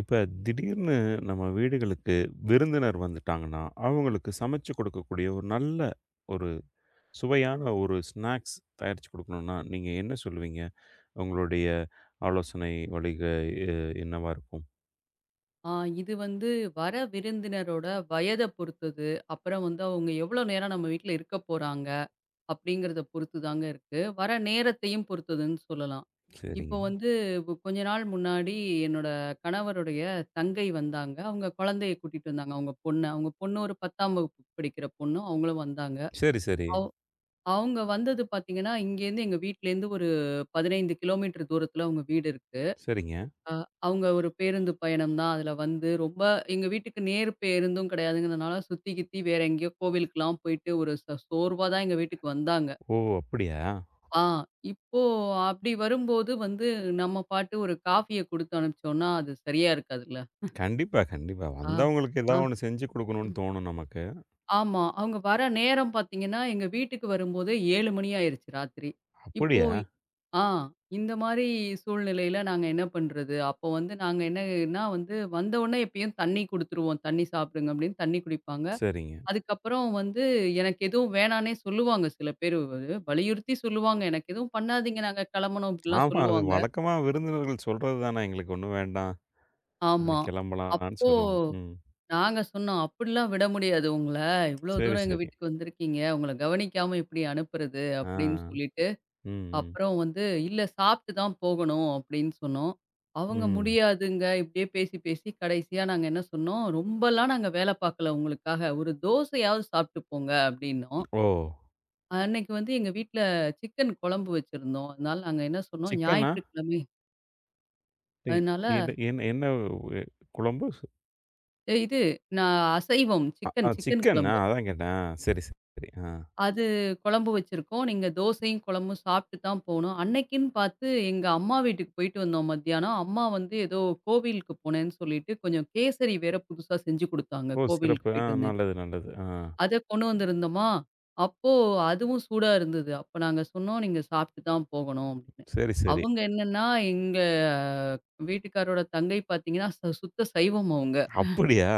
இப்ப திடீர்னு நம்ம வீடுகளுக்கு விருந்தினர் வந்துட்டாங்கன்னா, அவங்களுக்கு சமைச்சு கொடுக்கக்கூடிய ஒரு நல்ல ஒரு சுவையான ஒரு ஸ்நாக்ஸ் தயாரிச்சு கொடுக்கணும்னா, நீங்க என்ன சொல்லுவீங்க? உங்களுடைய ஆலோசனை வழிக எ என்னவா இருக்கும்? ஆ இது வந்து வர விருந்தினரோட வயத பொறுத்தது. அப்புறம் வந்து அவங்க எவ்வளோ நேரம் நம்ம வீட்ல இருக்க போறாங்க, அப்படிங்கிறத பொறுத்து தாங்க இருக்கு. வர நேரத்தையும் பொறுத்ததுன்னு சொல்லலாம். இப்போ சரிங்க. வந்து கொஞ்ச நாள் முன்னாடி என்னோட கணவருடைய தங்கை வந்தாங்க. அவங்க குழந்தைய கூட்டிட்டு வந்தாங்க. அவங்க பொண்ண. அவங்க பொண்ணு ஒரு 10ஆம் வகுப்பு படிக்கிற பொண்ணு. அவங்களும் வந்தாங்க. சரி, சரி. அவ் அவங்க வந்தது பார்த்தீங்கன்னா, இங்கேருந்து எங்க வீட்லேருந்து ஒரு 15 கிலோமீட்டர் தூரத்தில அவங்க வீடு இருக்கு. சரிங்க. அ அவங்க ஒரு பேருந்து பயணம் தான். அதுல வந்து ரொம்ப எங்க வீட்டுக்கு நேர் பேருந்தும் கிடையாதுங்கிறதுனால, சுத்தி கித்தி வேற எங்கேயோ கோவிலுக்குலாம் போயிட்டு ஒரு சோர்வா தான் எங்க வீட்டுக்கு வந்தாங்க. ஓ! அப்படியா? ஆ இப்போ அப்படி வரும்போது வந்து நம்ம பாட்டு ஒரு காஃபிய குடுத்து அனுப்பிச்சோம்னா, அது சரியா இருக்காதுல்ல. கண்டிப்பா, கண்டிப்பா. ஆ, வந்தவங்களுக்கு ஆ, ஏதாவது ஒண்ணு செஞ்சு கொடுக்கணும்னு ம். தோணும் நமக்கு. ஆமா. அவங்க வர நேரம் பார்த்தீங்கன்னா, எங்க வீட்டுக்கு வரும்போதே 7 மணி ஆயிருச்சு ராத்திரி. இப்போ அப்படியா? ஆ. இந்த மாரி சூழ்நிலையில நாங்க என்ன பண்றது? அப்போ வந்து நாங்க என்னன்னா வந்து வந்தவுனே எப்பயும் தண்ணி குடுத்துருவோம். தண்ணி சாப்பிடுங்க அப்படின்னு தண்ணி குடிப்பாங்க. சரிங்க. அதுக்கப்புறம் வந்து எனக்கு எதுவும் வேணான்னே சொல்லுவாங்க சில பேரு. அது வலியுறுத்தி சொல்லுவாங்க. எனக்கு எதுவும் பண்ணாதீங்க. நாங்க கிளம்பணும் அப்படிலாம் ஆமா. அது சொல்லுவாங்க. வழக்கமா விருந்தினர்கள் சொல்றது தானே, எங்களுக்கு ஒண்ணும் வேண்டாம். ஆமா. கிளம்பலாம்ன்னு அப்போ சொல்லுவாங்க. ம். நாங்க சொன்னோம், "அப்படிலாம் விட முடியாது உங்கள. இவ்வளோ சரி, தூரம் எங்க சரி. வீட்டுக்கு வந்திருக்கீங்க. உங்கள கவனிக்காம எப்படி அனுப்புறது?" ஆ. அப்படின்னு சொல்லிட்டு ம், ம். அப்புறம் வந்து, "இல்ல சாப்பிட்டு தான் போகணும்" அப்படின்னு சொன்னோம். அவங்க ம். "முடியாதுங்க" இப்படியே பேசி, பேசி கடைசியா நாங்க என்ன சொன்னோம், "ரொம்பலாம் நாங்க வேல பார்க்கல உங்களுக்காக. ஒரு தோசையாவது சாப்பிட்டு போங்க" அப்படின்னோம். ஓ! அன்னைக்கு வந்து எங்க வீட்ல சிக்கன் குழம்பு வச்சிருந்தோம். அதனால நாங்க என்ன சொன்னோம், சிக்கனா? ஞாயிற்றுக்கிழமை டி அதனால எது என்ன என்ன எ குழம்பு? இது நான் அசைவம் அ அ சிக்கன் சிக்கன் சிக்கன். ஆ, குழம்பு. அதான் கேட்டேன். ஆ, சரி, சரி. ஆ. அது குழம்பு வச்சிருக்கோம். நீங்க தோசையும், குழம்பும் சாப்பிட்டு தான் போனோம். அன்னைக்குன்னு பார்த்து எங்க அம்மா வீட்டுக்கு போயிட்டு வந்தோம் மத்தியானம். அம்மா வந்து ஏதோ கோவிலுக்கு போனேன்னு சொல்லிட்டு, கொஞ்சம் கேசரி வேற புதுசா செஞ்சு குடுத்தாங்க. ஓ! கோவிலுக்கு சிறப்பு. ஆ, போயிட்டு வந்தேன். நல்லது, நல்லது. ஆ. அத கொண்டு வந்திருந்தோமா, அப்போ அதுவும் சூடா இருந்தது. அப்ப நாங்க சொன்னோம், "நீங்க சாப்பிட்டு தான் போகணும்" அப்படின்னு. சரி, சரி. அவங்க என்னன்னா, எங்க வீட்டுக்காரரோட தங்கை பார்த்தீங்கன்னா, சுத்த சைவம் அவங்க. அப்படியா?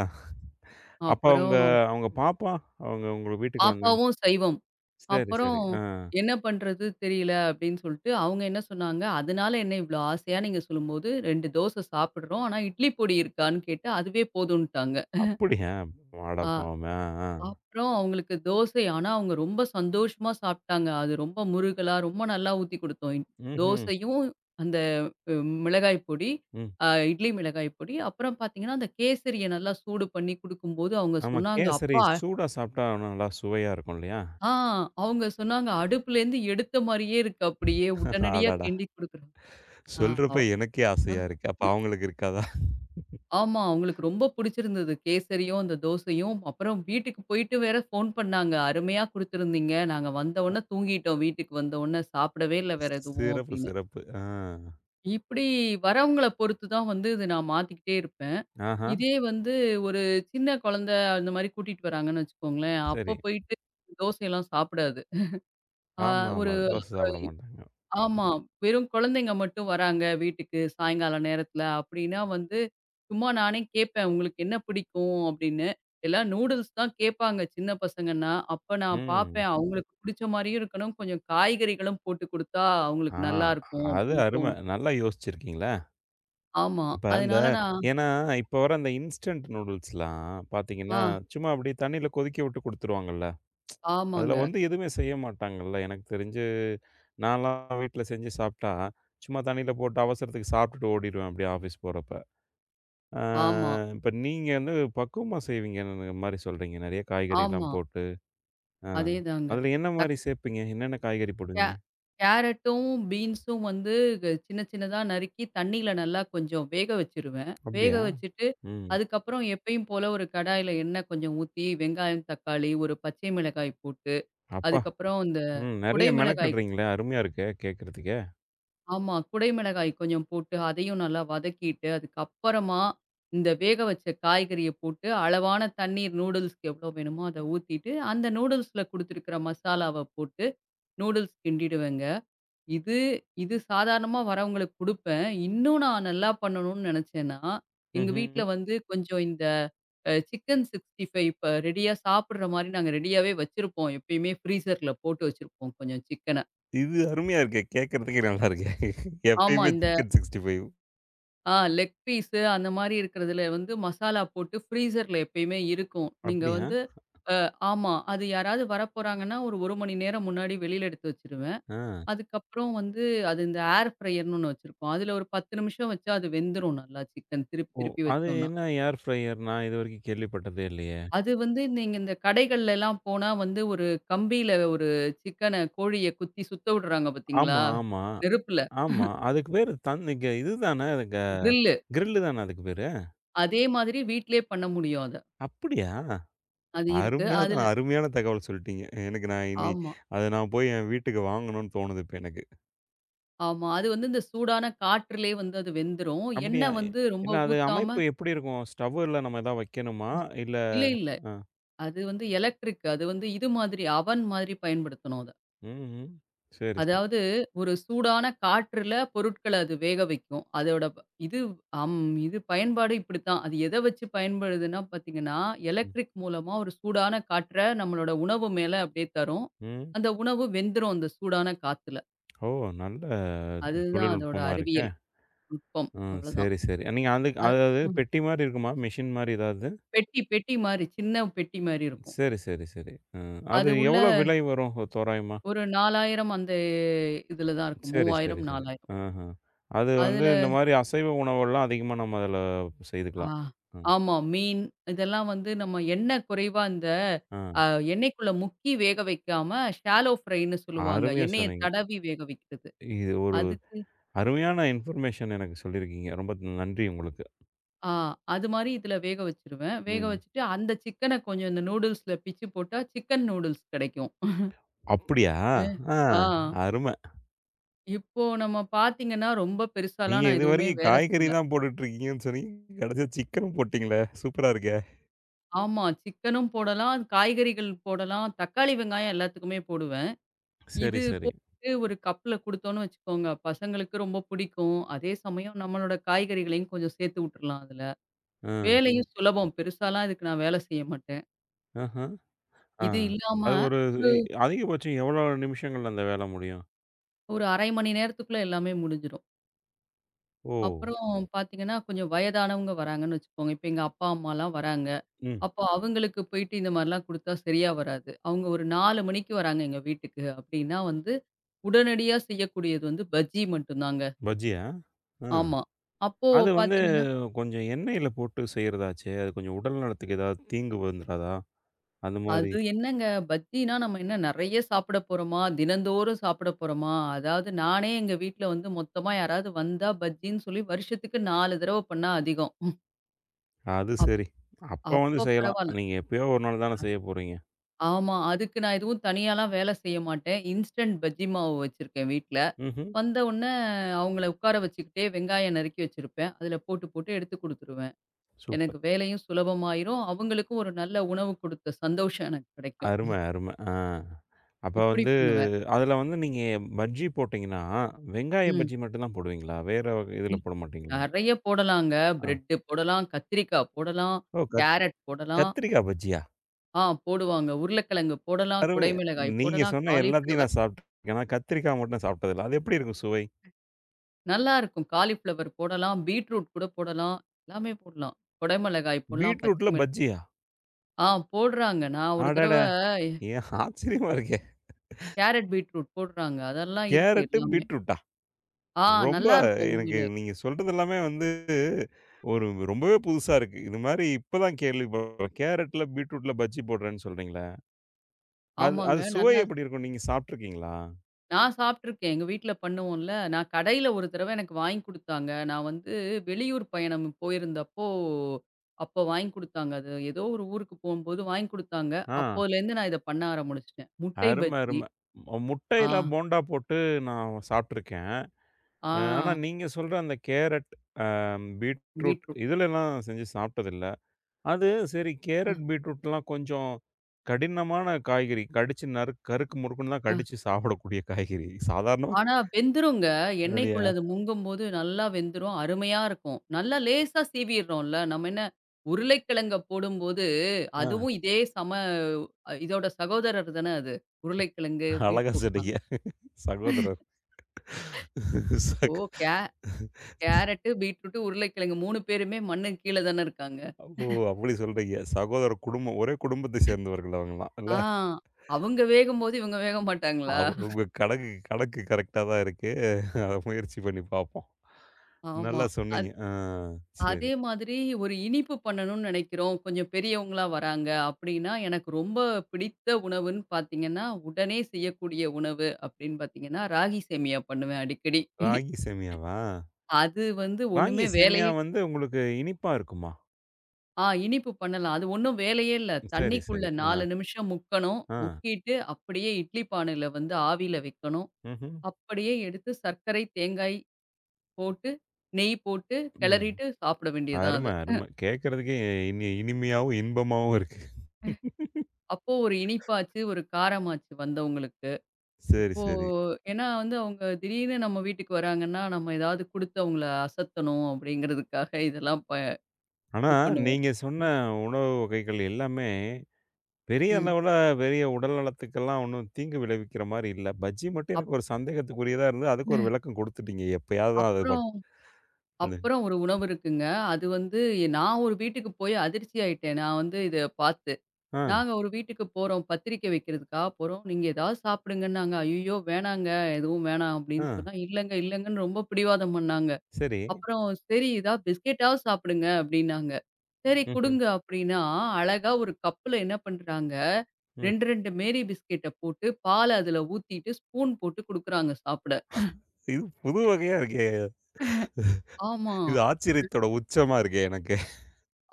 அப்ப அவங்க அப்புறம் அவங்க பாப்பா? அவங்க உங்க வீட்டுக்கு வந்தாங்க. பாப்பாவும் சைவம். சரி, சரி. அப்புறம் ஆ. என்ன பண்றது தெரியல அப்படின்னு சொல்லிட்டு அவங்க என்ன சொன்னாங்க, "அதனால என்ன இவ்வளோ ஆசையா நீங்க சொல்லும்போது 2 தோசை சாப்பிடுறோம். ஆனா இட்லி பொடி இருக்கான்னு கேட்டு அதுவே போதும்ன்ட்டாங்க." அப்படியா? அட ஆ பாவமே! ஆ, ஆ. அப்புறம் அவங்களுக்கு தோசை ஆனா அவங்க ரொம்ப சந்தோஷமா சாப்பிட்டாங்க. அது ரொம்ப முருகலா ரொம்ப நல்லா ஊத்தி குடுத்தோம். ம்ஹ்ம். தோசையும் அந்த அ மிளகாய் பொடி, ம். இட்லி மிளகாய் பொடி. அப்புறம் பார்த்தீங்கன்னா, அந்த கேசரிய நல்லா சூடு பண்ணி குடுக்கும்போது அவங்க ஆமா. சொன்னாங்க, கேசரி "அப்பா! சூடா சாப்பிட்டா இன்னும் நல்லா சுவையா இருக்கும் இல்லையா? ஆ அவங்க சொன்னாங்க, அடுப்புலேருந்து எடுத்த மாரியே இருக்கு அப்படியே, உடனடியா அடடா! கிண்டி குடுக்குறோம். ஆ அ சொல்றப்ப எனக்கே அ ஆசையா இருக்கு. அப்ப அவங்களுக்கு இருக்காதா? ஆமா, அவங்களுக்கு ரொம்ப புடிச்சிருந்தது. கேசரியும், அந்த தோசையும். அப்புறம் வீட்டுக்கு போயிட்டு வேற ஃபோன் பண்ணாங்க. "அருமையா குடுத்துருந்தீங்க. நாங்க வந்தவுடனே தூங்கிட்டோம். வீட்டுக்கு வந்தவுடனே சாப்பிடவே இல்ல வேற எதுவும்" சிறப்பு, அப்படின்னு. சிறப்பு. ஆ. இப்படி வரவங்கள பொறுத்து தான் வந்து இத நான் மாத்திக்கிட்டே இருப்பேன். ஆஹா. இதே வந்து ஒரு சின்ன குழந்தை அந்த மாரி கூட்டிட்டு வராங்கன்னு வச்சுக்கோங்களேன், சரி. அப்ப போயிட்டு தோசையெல்லாம் சாப்பிடாது. ஆ ஆமா, ஆமா. ஒரு தோசை சாப்பிட மாட்டாங்க. ஆமா. வெறும் குழந்தைங்க மட்டும் வராங்க வீட்டுக்கு சாயங்கால நேரத்தில அப்படின்னா வந்து, சும்மா நானே கேட்பேன், "உங்களுக்கு என்ன பிடிக்கும்?" அப்படின்னு. எல்லாம் நூடுல்ஸ் தான் கேட்பாங்க சின்ன பசங்கன்னா. அப்ப நான் ம். பார்ப்பேன் அவங்களுக்கு பிடிச்ச மாரியும் இருக்கணும், கொஞ்சம் காய்கறிகளும் போட்டு குடுத்தா ஆ, அவங்களுக்கு நல்லாருக்கும் அது அப்படின்னு அரும. தோணும். நல்லா யோசிச்சிருக்கீங்களே. ஆமா. அப்ப அந்த அதனால நான் ஏன்னா, இப்ப வர அந்த இன்ஸ்டன்ட் நூடுல்ஸ்லாம் பார்த்தீங்கன்னா, ஆ சும்மா அப்படியே தண்ணீல கொதிக்க விட்டு குடுத்துருவாங்கல்ல. அதுல ஆமாங்க. வந்து எதுவுமே செய்ய மாட்டாங்கல்ல. எனக்கு தெரிஞ்சு நான்லாம் வீட்ல செஞ்சு சாப்பிட்டா, சும்மா தண்ணீல போட்டு அவசரத்துக்கு சாப்பிட்டுட்டு ஓடிருவேன் அப்படியே ஆஃபீஸ் போறப்ப. ஆ. ஆமா, இப்ப நீங்க வந்து பக்குவமா செய்வீங்கன்னு மாரி சொல்றீங்க. நெறைய காய்கறிலாம் ஆமா. போட்டு. ஆ. அதேதாங்க. அதுல என்ன தக் மாரி சேப்பீங்க? என்னென்ன காய்கறி கே போடுவீங்க? கேரட்டும், பீன்ஸும் வந்து சின்ன சின்னதா நறுக்கி தண்ணீல நல்லா கொஞ்சம் வேக வச்சுருவேன். வேக அப்படியா? வச்சுட்டு, ம். அதுக்கப்புறம் எப்பயும் போல ஒரு கடாயில எண்ணெய் கொஞ்சம் ஊத்தி, வெங்காயம், தக்காளி, ஒரு பச்சை மிளகாய் போட்டு, அப்பா! அதுக்கப்புறம் இந்த ம். நெறைய குடை மிளகாய் மெனக்கட்றீங்களே! அருமையா இருக்கே! கேட்கறதுக்கே! ஆமா. குடை மிளகாய் கொஞ்சம் போட்டு, அதையும் நல்லா வதக்கிட்டு, அதுக்கப்புறமா இந்த வேக வச்ச காய்கறிய போட்டு, அளவான தண்ணீர் நூடுல்ஸ்க்கு எவ்வளோ வேணுமோ அத ஊத்திட்டு, அந்த நூடுல்ஸ்ல குடுத்துருக்கிற மசாலாவ போட்டு நூடுல்ஸ் கிண்டிடுவேங்க. இது இது சாதாரணமா வரவங்களுக்கு குடுப்பேன். இன்னும் நான் நல்லா பண்ணணும்னு நெனச்சேன்னா, எங்க வீட்ல ம்ஹ்ம். வந்து கொஞ்சம் இந்த சிக்கன் 65 இப்ப ரெடியா சாப்பிடுற மாரி நாங்க ரெடியாவே வச்சிருப்போம். எப்பயுமே ஃப்ரீசர்ல போட்டு வச்சிருப்போம் கொஞ்சம் சிக்கன. இது அருமையா இருக்கே! கேட்கறதுக்கே நல்லா இருக்கே! ஆமா. எப்பயுமே இந்த சிக்கன் 65. ஆ லெக் பீஸு அந்த மாரி இருக்கிறதுல வந்து மசாலா போட்டு ஃப்ரீசர்ல எப்பயுமே இருக்கும். நீங்க அப்படியா? வந்து அ ஆமா. அது யாராவது வரப்போறாங்கன்னா, ஒரு 1 மணி நேரம் முன்னாடி வெளில எடுத்து வச்சிருவேன். ஆ. அதுக்கப்புறம் வந்து அது இந்த ஏர் ஃப்ரையர்ன்னு ஒண்ணு வச்சிருக்கோம். அதுல ஒரு 10 நிமிஷம் வச்சா அது வெந்துரும் நல்லா சிக்கன் திருப்பி ஓ! திருப்பி அது வச்சோம்னா. என்ன ஏர் ஃப்ரையர்? நான் இதுவரைக்கும் கேள்விப்பட்டதே இல்லையே! அது வந்து நீங்க இந்த கடைகள்லலாம் போனா வந்து ஒரு கம்பியில ஒரு சிக்கன கோழிய குத்தி சுத்த விடுறாங்க பார்த்தீங்களா? ஆமா, ஆமா, நெருப்புல ஆமா. அதுக்கு பேரு தன் இதுதானே க கிரில்லு. கிரில் தானே அதுக்கு பேரு? அதே மாதிரி வீட்லயே பண்ண முடியும் அத. அப்படியா? அது இருக்கு. அருமையா தான், அதுல அருமையான தகவல் சொல்லிட்டீங்க. எனக்கு, நான் இனி ஆமா, அத நான் போய் என் வீட்டுக்கு வாங்கணும்னு தோணுது இப்ப எனக்கு. ஆமா. அது வந்து இந்த சூடான காற்றுலயே வந்து அது வெந்துரும். அப்படியா? எண்ணெய் வந்து ரொம்ப இல்ல, அது ஊத்தாம அமைப்பு எப்படி இருக்கும்? ஸ்டவ்வுல நம்ம ஏதாவது வைக்கணுமா? இல்ல இல்ல, இல்ல. அ அது வந்து எலக்ட்ரிக். அது வந்து இது மாதிரி அவன் மாதிரி பயன்படுத்தணும் அத. ம், ம். சரி, சரி. அதாவது ஒரு சூடான காற்றுல பொருட்கள அது வேக வைக்கும். அதோட ப- இது அம் இது பயன்பாடு இப்படித்தான். அது எத வச்சு பயன்படுதுன்னா பார்த்தீங்கன்னா, ம், எலக்ட்ரிக் மூலமா ஒரு சூடான காற்ற நம்மளோட உணவு மேல அப்படியே தரும். ம். அந்த உணவு வெந்துரும் அந்த சூடான காத்துல. ஓ! நல்ல அதுதான் அதோட தொழில்நுட்பமா இருக்கே. அறிவியல் நுட்பம். ஆ, அவ்வளோதான். சரி, சரி. நீங்க அதுக்கு அ அதாவது ம். பெட்டி மாரி இருக்குமா? மெஷின் மாரி ஏதாவது? பெட்டி பெட்டி மாரி, சின்ன பெட்டி மாரி இருக்கும். சரி, சரி, சரி. அது அது உள்ள எவ்வளோ விலை வரும் தோராயமா? ஒரு 4000 அந்த இதுல தான் இருக்கும். சரி, சரி, 3000, சரி. 4000. ஆஹ. அது வந்து அதுல இந்த மாரி அசைவ உணவெல்லாம் அதிகமா நம்ம அதுல ஆ. செய்துக்கலாம். ம். ஆமா. மீன் இதெல்லாம் வந்து நம்ம எண்ணெய் குறைவா அந்த ஆ. அ எண்ணெய்க்குள்ள முக்கி வேக வைக்காம ஷாலோ ஃப்ரைன்னு சொல்லுவாங்க. அருமையா எண்ணெய சொன்னீங்க. தடவி வேக வைக்கிறது. இது ஒரு அதுக்கு அருமையான இன்ஃபர்மேஷன் எனக்கு சொல்லியிருக்கீங்க. ரொம்ப நன்றி உங்களுக்கு. ஆ அது மாரி இதுல வேக வச்சுருவேன். வேக ம். வச்சுட்டு அந்த சிக்கன கொஞ்சம் இந்த நூடுல்ஸ்ல பிச்சு போட்டா சிக்கன் நூடுல்ஸ் கிடைக்கும். அப்படியா? ம். ஆ, ஆ. அரும. இப்போ நம்ம பார்த்தீங்கன்னா, ரொம்ப நீங்க பெருசாலாம் நான் எதுவுமே இதுவரைக்கும் வேல காய்கறி செய்யல. தான் போட்டுட்டு இருக்கீங்கன்னு சொன்னீங்க. கடைசியா சிக்கனும் போட்டீங்களே! சூப்பரா இருக்கே! ஆமா. சிக்கனும் போடலாம், காய்கறிகள் போடலாம், தக்காளி, வெங்காயம் எல்லாத்துக்குமே போடுவேன். சரி, இது சரி. போட்டு ஒரு கப்ல குடுத்தோம்னு வச்சுக்கோங்க, பசங்களுக்கு ரொம்ப பிடிக்கும். அதே சமயம் நம்மளோட காய்கறிகளையும் கொஞ்சம் சேர்த்து விட்டுறலாம் அதுல. ம். ஆ. வேலையும் சுலபம். பெருசாலாம் இதுக்கு நான் வேலை செய்ய மாட்டேன். ஆஹ. ஆ. இது இல்லாம அது ஒரு ஒரு இ அதிகபட்சம் எவ்வளோ நிமிஷங்கள்ல அந்த வேல முடியும்? ஒரு 1/2 மணி நேரத்துக்குள்ள எல்லாமே முடிஞ்சிடும். ஓ! அப்புறம் பார்த்தீங்கன்னா, கொஞ்சம் வயதானவங்க வராங்கன்னு வச்சுக்கோங்க. இப்ப எங்க அப்பா, அம்மாலாம் வராங்க. ம். அப்போ அவங்களுக்கு போயிட்டு இந்த மாரிலாம் குடுத்தா சரியா வராது. அவங்க ஒரு 4 மணிக்கு வராங்க எங்க வீட்டுக்கு அப்படின்னா வந்து, உடனடியா செய்யக்கூடியது வந்து பஜ்ஜி மட்டும் தாங்க. பஜ்ஜியா? ஆ. ஆமா. அப்போ அது வந்து பார்த்தீங்கன்னா கொஞ்சம் எண்ணெயில போட்டு செய்றதாச்சே! அது கொஞ்சம் உடல் நலத்துக்கு ஏதாவது தீங்கு வந்துராதா? அந்த மாரி. அது என்னங்க பஜ்ஜினா நம்ம என்ன நெறைய சாப்பிட போறோமா? தினந்தோறும் சாப்பிட போறோமா? அதாவது நானே எங்க வீட்ல வந்து மொத்தமா யாராவது வந்தா பஜ்ஜின்னு சொல்லி வருஷத்துக்கு 4 தடவ பண்ணா அதிகம். அது அப் சரி. அப்ப வந்து அப்ப செய்யலாம். பரவால்ல. நீங்க எப்பயோ ஒரு நாள் தானே செய்ய போறீங்க. ஆமா. அதுக்கு நான் எதுவும் தனியாலாம் வேல செய்ய மாட்டேன். இன்ஸ்டன்ட் பஜ்ஜி மாவு வச்சிருக்கேன் வீட்ல. ம்ஹ்ம். வந்த உடனே அவங்கள உட்கார வச்சுக்கிட்டே வெங்காயம் நறுக்கி வச்சிருப்பேன். அதில போட்டு, போட்டு எடுத்து குடுத்துருவேன். எனக்கு சூப்பர். வேலையும் சுலபமாயிரும். அவங்களுக்கும் ஒரு நல்ல உணவு குடுத்த சந்தோஷம் எனக்கு கிடைக்கும். அருமை, அருமை. ஆ. அப்ப இப்படி வந்து பண்ணுவேன். அதுல வந்து நீங்க பஜ்ஜி போட்டீங்கன்னா, வெங்காய ம். பஜ்ஜி மட்டும் தான் போடுவீங்களா? வேற வகை இதுல இ போட மாட்டீங்களா? நெறைய போடலாங்க. ஆ. பிரெட்டு போடலாம், கத்திரிக்கா போடலாம், ஓ! கேரட் போடலாம். கத்திரிக்கா பஜ்ஜியா? ஆ போடுவாங்க. உருளைக்கிழங்கு போடலாம், அருமை. குடைமிளகாய் நீங்க போடலாம், சொன்ன எல்லாத்தையும் காலிஃப்ளவர் நான் சாப்பிட்டுருக்கேன். ஆனா கத்திரிக்கா மட்டும் சாப்பிட்டதில்ல. அது எப்படி இருக்கும் சுவை? நல்லாருக்கும். காலிஃப்ளவர் போடலாம், பீட்ரூட் கூட போடலாம். எல்லாமே போடலாம். குடைமிளகாய் போடலாம், பச்சை பீட்ரூட்ல மிள பஜ்ஜியா? ஆ போடுறாங்க. நான் ஒரு அடட! தடவ ஏன் ஆச்சரியமா இருக்கே! கேரட், பீட்ரூட் போடுறாங்க. அதெல்லாம் இருக்கு கேரட், எல்லாமே. பீட்ரூட்டா? ஆ ரொம்ப. நல்லாருக்கும் எனக்கு உண்மையிலே. நீங்க சொல்றது எல்லாமே வந்து ஒரு ரொம்பவே புதுசா இருக்கு. இது மாரி இப்ப தான் கேள்விப்படுறேன். கேரட்ல, பீட்ரூட்ல பஜ்ஜி போடுறேன்னு சொல்றீங்களே! அது, ஆமாங்க. அது சுவை நல்லா எப்படி இருக்கும்? நீங்க சாப்பிட்டுருக்கீங்களா? நான் சாப்பிட்டுருக்கேன். எங்க வீட்ல பண்ணுவோம்ல. நான் கடையில ஒரு தடவ எனக்கு வாங்கி குடுத்தாங்க. நான் வந்து வெளியூர் பயணம் போயிருந்தப்போ, அப்ப வாங்கி குடுத்தாங்க. அது ஏதோ ஒரு ஊருக்கு போம்போது வாங்கி குடுத்தாங்க. ஆ, அப்போலேருந்து நான் இத பண்ண ஆரம்பிச்சுட்டேன். முட்டை அரும, பஜ்ஜி. அரும. ஆ, முட்டையில போண்டா போட்டு நான் சாப்பிட்டுருக்கேன். ஆ ஆனா நீங்க சொல்ற அந்த கேரட், அ பீட்ரூட் பீட்ரூட். இதுலலாம் செஞ்சு சாப்பிட்டதில்ல. அது சரி, அ, கேரட், பீட்ரூட்லாம் கொஞ்சம் கடினமான காய்கறி. கடிச்சு நறு கருக்கு முறுக்குன்னு தான் அ. கடிச்சு சாப்பிடக்கூடிய காய்கறி, சாதாரணமா. ஆனா வெந்துருங்க. அப்படியா? எண்ணெய்க்குள்ள அது முங்கும்போது நல்லா வெந்துரும். அருமையா இருக்கும். நல்லா லேசா சீவிர்றோம்ல. நம்ம என்ன உருளைக்கிழங்க போடும்போது, ஆ, அதுவும் இதே சம இதோட சகோதரர் தானே அது. உருளைக்கிழங்கு, அழகா பீட்ரூட்லாம். சொன்னீங்க. சகோதரர். சக இப்போ கே கேரட்டு, பீட்ரூட்டு, உருளைக்கிழங்கு 3 பேருமே மண்ணுக்கு கீழ தானே இருக்காங்க. ஓ! அப்படி சொல்றீங்க. சகோதர குடும்பம், ஒரே குடும்பத்தை சேர்ந்தவர்கள் அவங்கலாம் இல்ல? ஆ அவங்க வேகும்போது இவங்க வேக மாட்டாங்களா? அவ் உங்க கணக்கு கணக்கு கரெக்ட்டா தான் இருக்கு. அத முயற்சி பண்ணி பார்ப்போம். ஆமா. நல்லா சொன்னீங்க. அத் ஆ. சரி. அதே மாதிரி ஒரு இனிப்பு பண்ணணும்னு நெனைக்கிறோம். கொஞ்சம் பெரியவங்களா வராங்க அப்படின்னா, எனக்கு ரொம்ப பிடித்த உணவுன்னு பார்த்தீங்கன்னா, உடனே செய்யக்கூடிய உணவு அப்படின்னு பார்த்தீங்கன்னா, ராகி சேமியா பண்ணுவேன் அடிக்கடி. ராகி சேமியாவா? அது வந்து ராகி ஒண்ணுமே சேமியா வேலையே வந்து உங்களுக்கு இனிப்பா இருக்குமா? ஆ இனிப்பு பண்ணலாம். அது ஒண்ணும் வேலையே இல்ல. சரி, தண்ணிக்குள்ள சரி. ஆ, 4 நிமிஷம் முக்கணும். ஆ. முக்கிட்டு அப்படியே இட்லி பானையில வந்து ஆவியில வைக்கணும். ம்ஹ்ம். அப்படியே எடுத்து சர்க்கரை, தேங்காய் போட்டு, நெய் போட்டு ம். கிளறிட்டு சாப்பிட வேண்டியது தான் அரும, அது. அரும. கேட்கறதுக்கே இனி இனிமையாவும், இன்பமாவும் இருக்கு. அப்போ ஒரு இனிப்பாச்சு, ஒரு காரமாச்சு வந்தவங்களுக்கு. சரி, இப்போ சரி. ஏன்னா வந்து அவங்க திடீர்னு நம்ம வீட்டுக்கு வராங்கன்னா, நம்ம ஏதாவது குடுத்து அவங்கள அசத்தணும் அப்படிங்கிறதுக்காக இதெல்லாம் ஆனா, இது பண்ணுவோம். நீங்க சொன்ன ம். உணவு வகைகள் எல்லாமே பெரிய ம். அளவுல பெரிய உடல் நலத்துக்கெல்லாம் ஒண்ணும் தீங்கு விளைவிக்கிற மாரி இல்ல. பஜ்ஜி மட்டும் அப் எனக்கு ஒரு சந்தேகத்துக்குரியதா இருந்தது. அதுக்கு ஒரு விளக்கம் குடுத்துட்டீங்க. எப்பயாவது தான் அது அப்புறம் இது. அப்புறம் ஒரு உணவு இருக்குங்க. அது வந்து நான் ஒரு வீட்டுக்கு போய் அதிர்ச்சி ஆயிட்டேன். நான் வந்து இத பார்த்து. ஆ, நாங்க ஒரு வீட்டுக்கு போறோம். பத்திரிக்கை வைக்கிறதுக்காக போறோம். நீங்க ஏதாவது சாப்பிடுங்கன்னாங்க. ஐய்யயோ! வேணாங்க. எதுவும் வேணாம் ஆ. அப்படின்னு சொன்னா, இல்லங்க, இல்லங்கன்னு ரொம்ப பிடிவாதம் பண்ணாங்க. சரி. அப்புறம் சரி ஏதாவது பிஸ்கெட்டாவது சாப்பிடுங்க அப்படின்னாங்க. சரி ம்ஹ்ம். குடுங்க அப்படின்னா, அழகா ஒரு கப்புல என்ன பண்றாங்க, ம். 2 மேரி பிஸ்கெட்ட போட்டு, பால அதுல ஊத்திட்டு, ஸ்பூன் போட்டு குடுக்குறாங்க சாப்பிட. இது புது வகையா இருக்கே! ஆமா, இது ஆச்சரியத்தோட உச்சமா இருக்கே எனக்கு.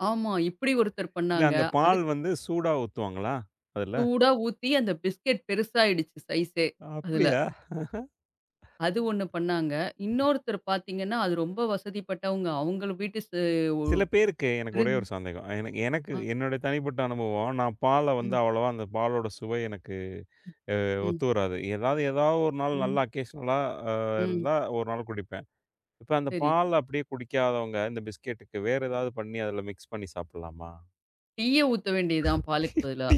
ஆமா. இப்படி ஒருத்தர் இல்ல, பண்ணாங்க. அந்த பால் அதுக்கு வந்து சூடா ஊத்துவாங்களா? அதுல? சூடா ஊத்தி அந்த பிஸ்கெட் பெருசாயிடுச்சு சைஸே அதுல. அப்படியா? அது ஒண்ணு பண்ணாங்க. இன்னொருத்தர் பார்த்தீங்கன்னா, அது ரொம்ப வசதிப்பட்டவங்க. அவுங்கள வீட்டு சு ஒ சில பேருக்கு, எனக்கு ஒரே விருந்து ஒரு சந்தேகம். எனக்கு எனக்கு அ என்னுடைய தனிப்பட்ட அனுபவம், நான் பால வந்து ம், அவ்வளவா, அந்த பாலோட சுவை எனக்கு அ ம், ஒத்து வராது. ஏதாவது ஏதாவது ஒரு நாள் நல்லா ம், அக்கேஷனலா அ ம். இருந்தா ஒரு நாள் குடிப்பேன். இப்ப அந்த சரி. பால் அப்படியே குடிக்காதவங்க இந்த பிஸ்கெட்டுக்கு வேற ஏதாவது பண்ணி அதில மிக்ஸ் பண்ணி சாப்பிடலாமா? டீய ஊத்த வேண்டியது தான் பாலுக்கு பதிலா.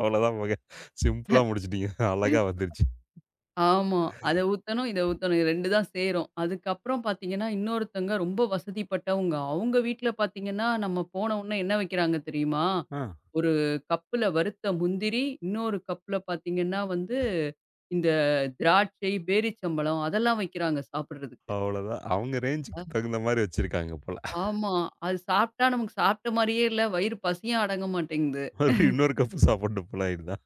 அவ்வளோதான் மக. சிம்பிளா முடிச்சுட்டீங்க. அழகா வந்துருச்சு. ஆமா. அத ஊத்தணும், இத ஊத்தணும். இது 2 தான் சேரும். அதுக்கப்புறம் பார்த்தீங்கன்னா, இன்னொருத்தவங்க ரொம்ப வசதிப்பட்டவங்க. அவுங்க வீட்ல பார்த்தீங்கன்னா, நம்ம போன உடனே என்ன வைக்கிறாங்க தெரியுமா? ஆ. ஒரு கப்புல வறுத்த முந்திரி, இன்னொரு கப்புல பார்த்தீங்கன்னா வந்து, இந்த திராட்சை, பேரிச்சம்பழம் அதெல்லாம் வைக்கிறாங்க சாப்பிடுறதுக்கு. அவ்வளோதான். அவங்க ரேஞ்சுக்கு தகுந்த மாரி வச்சிருக்காங்க போல. ஆமா. அது சாப்பிட்டா நமக்கு சாப்பிட்ட மாரியே இல்ல. வயிறு பசியும் அடங்க மாட்டேங்குது. மறுபடியும் இன்னொரு கப் சாப்பிடணும் போல இதுதான்.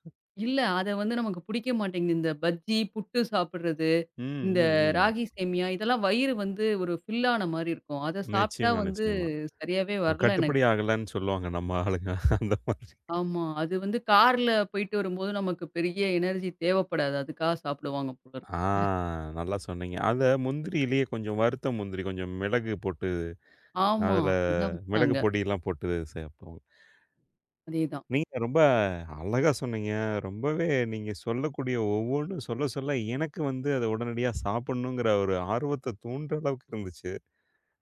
இல்ல அத வந்து நமக்கு பிடிக்க மாட்டேங்குது. இந்த பஜ்ஜி, புட்டு சாப்பிடுறது, ம், இந்த ம், ம். ராகி சேமியா இதெல்லாம் வயிறு வந்து ஒரு ஃபில் ஆன மாரி இருக்கும். அத சாப்பிட்டா நிச்சயமா, வந்து நிச்சயமா. சரியாவே வரல எனக்கு. கட்டுப்படி ஆகலன்னு சொல்லுவாங்க நம்ம ஆளுங்க. அந்த மாதிரி. ஆமா. அது வந்து கார்ல போயிட்டு வரும்போது நமக்கு பெரிய எனர்ஜி தேவைப்படாது. அதுக்காக சாப்பிடுவாங்க போல இருக்கு. ஆ, நல்லா சொன்னீங்க. அத முந்திரியிலேயே கொஞ்சம் வறுத்த முந்திரி, கொஞ்சம் மிளகு போட்டு ஆமா. அதுல அதான் மிளகு வச்சாங்க. பொடிலாம் போட்டு சேர்ப்போம். அதேதான். நீங்க ரொம்ப அழகா சொன்னீங்க. ரொம்பவே நீங்க சொல்லக்கூடிய ஒவ்வொன்னும் சொல்ல, சொல்ல எனக்கு வந்து அத உடனடியா சாப்பிடணுங்கிற ஒரு ஆர்வத்த தூண்டுற அளவுக்கு இருந்துச்சு.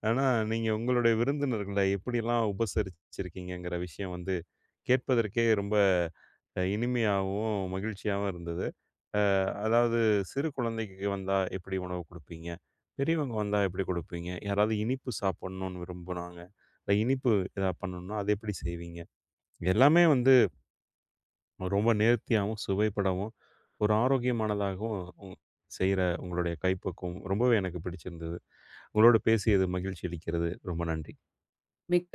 ஆனா நீங்க உங்களுடைய விருந்தினர்கள எப்படிலாம் உபசரிச்சிருக்கீங்கங்கிற விஷயம் வந்து கேட்பதற்கே ரொம்ப இனிமையாவும், மகிழ்ச்சியாவும் இருந்தது. அதாவது சிறு குழந்தைக்கு வந்தா எப்படி உணவு குடுப்பீங்க? பெரியவங்க வந்தா எப்படி குடுப்பீங்க? யாராவது இனிப்பு சாப்பிடணும்னு விரும்புனாங்க. இல்ல இனிப்பு எதா பண்ணணும்னா அது எப்படி செய்வீங்க? எல்லாமே வந்து ரொம்ப நேர்த்தியாவும், சுவைபடவும், ஒரு ஆரோக்கியமானதாகவும் செய்ற உங்களுடைய கைப்பக்குவம் ரொம்பவே எனக்கு பிடிச்சிருந்தது. உங்களோட பேசியது மகிழ்ச்சி அளிக்கிறது. ரொம்ப நன்றி. மிக்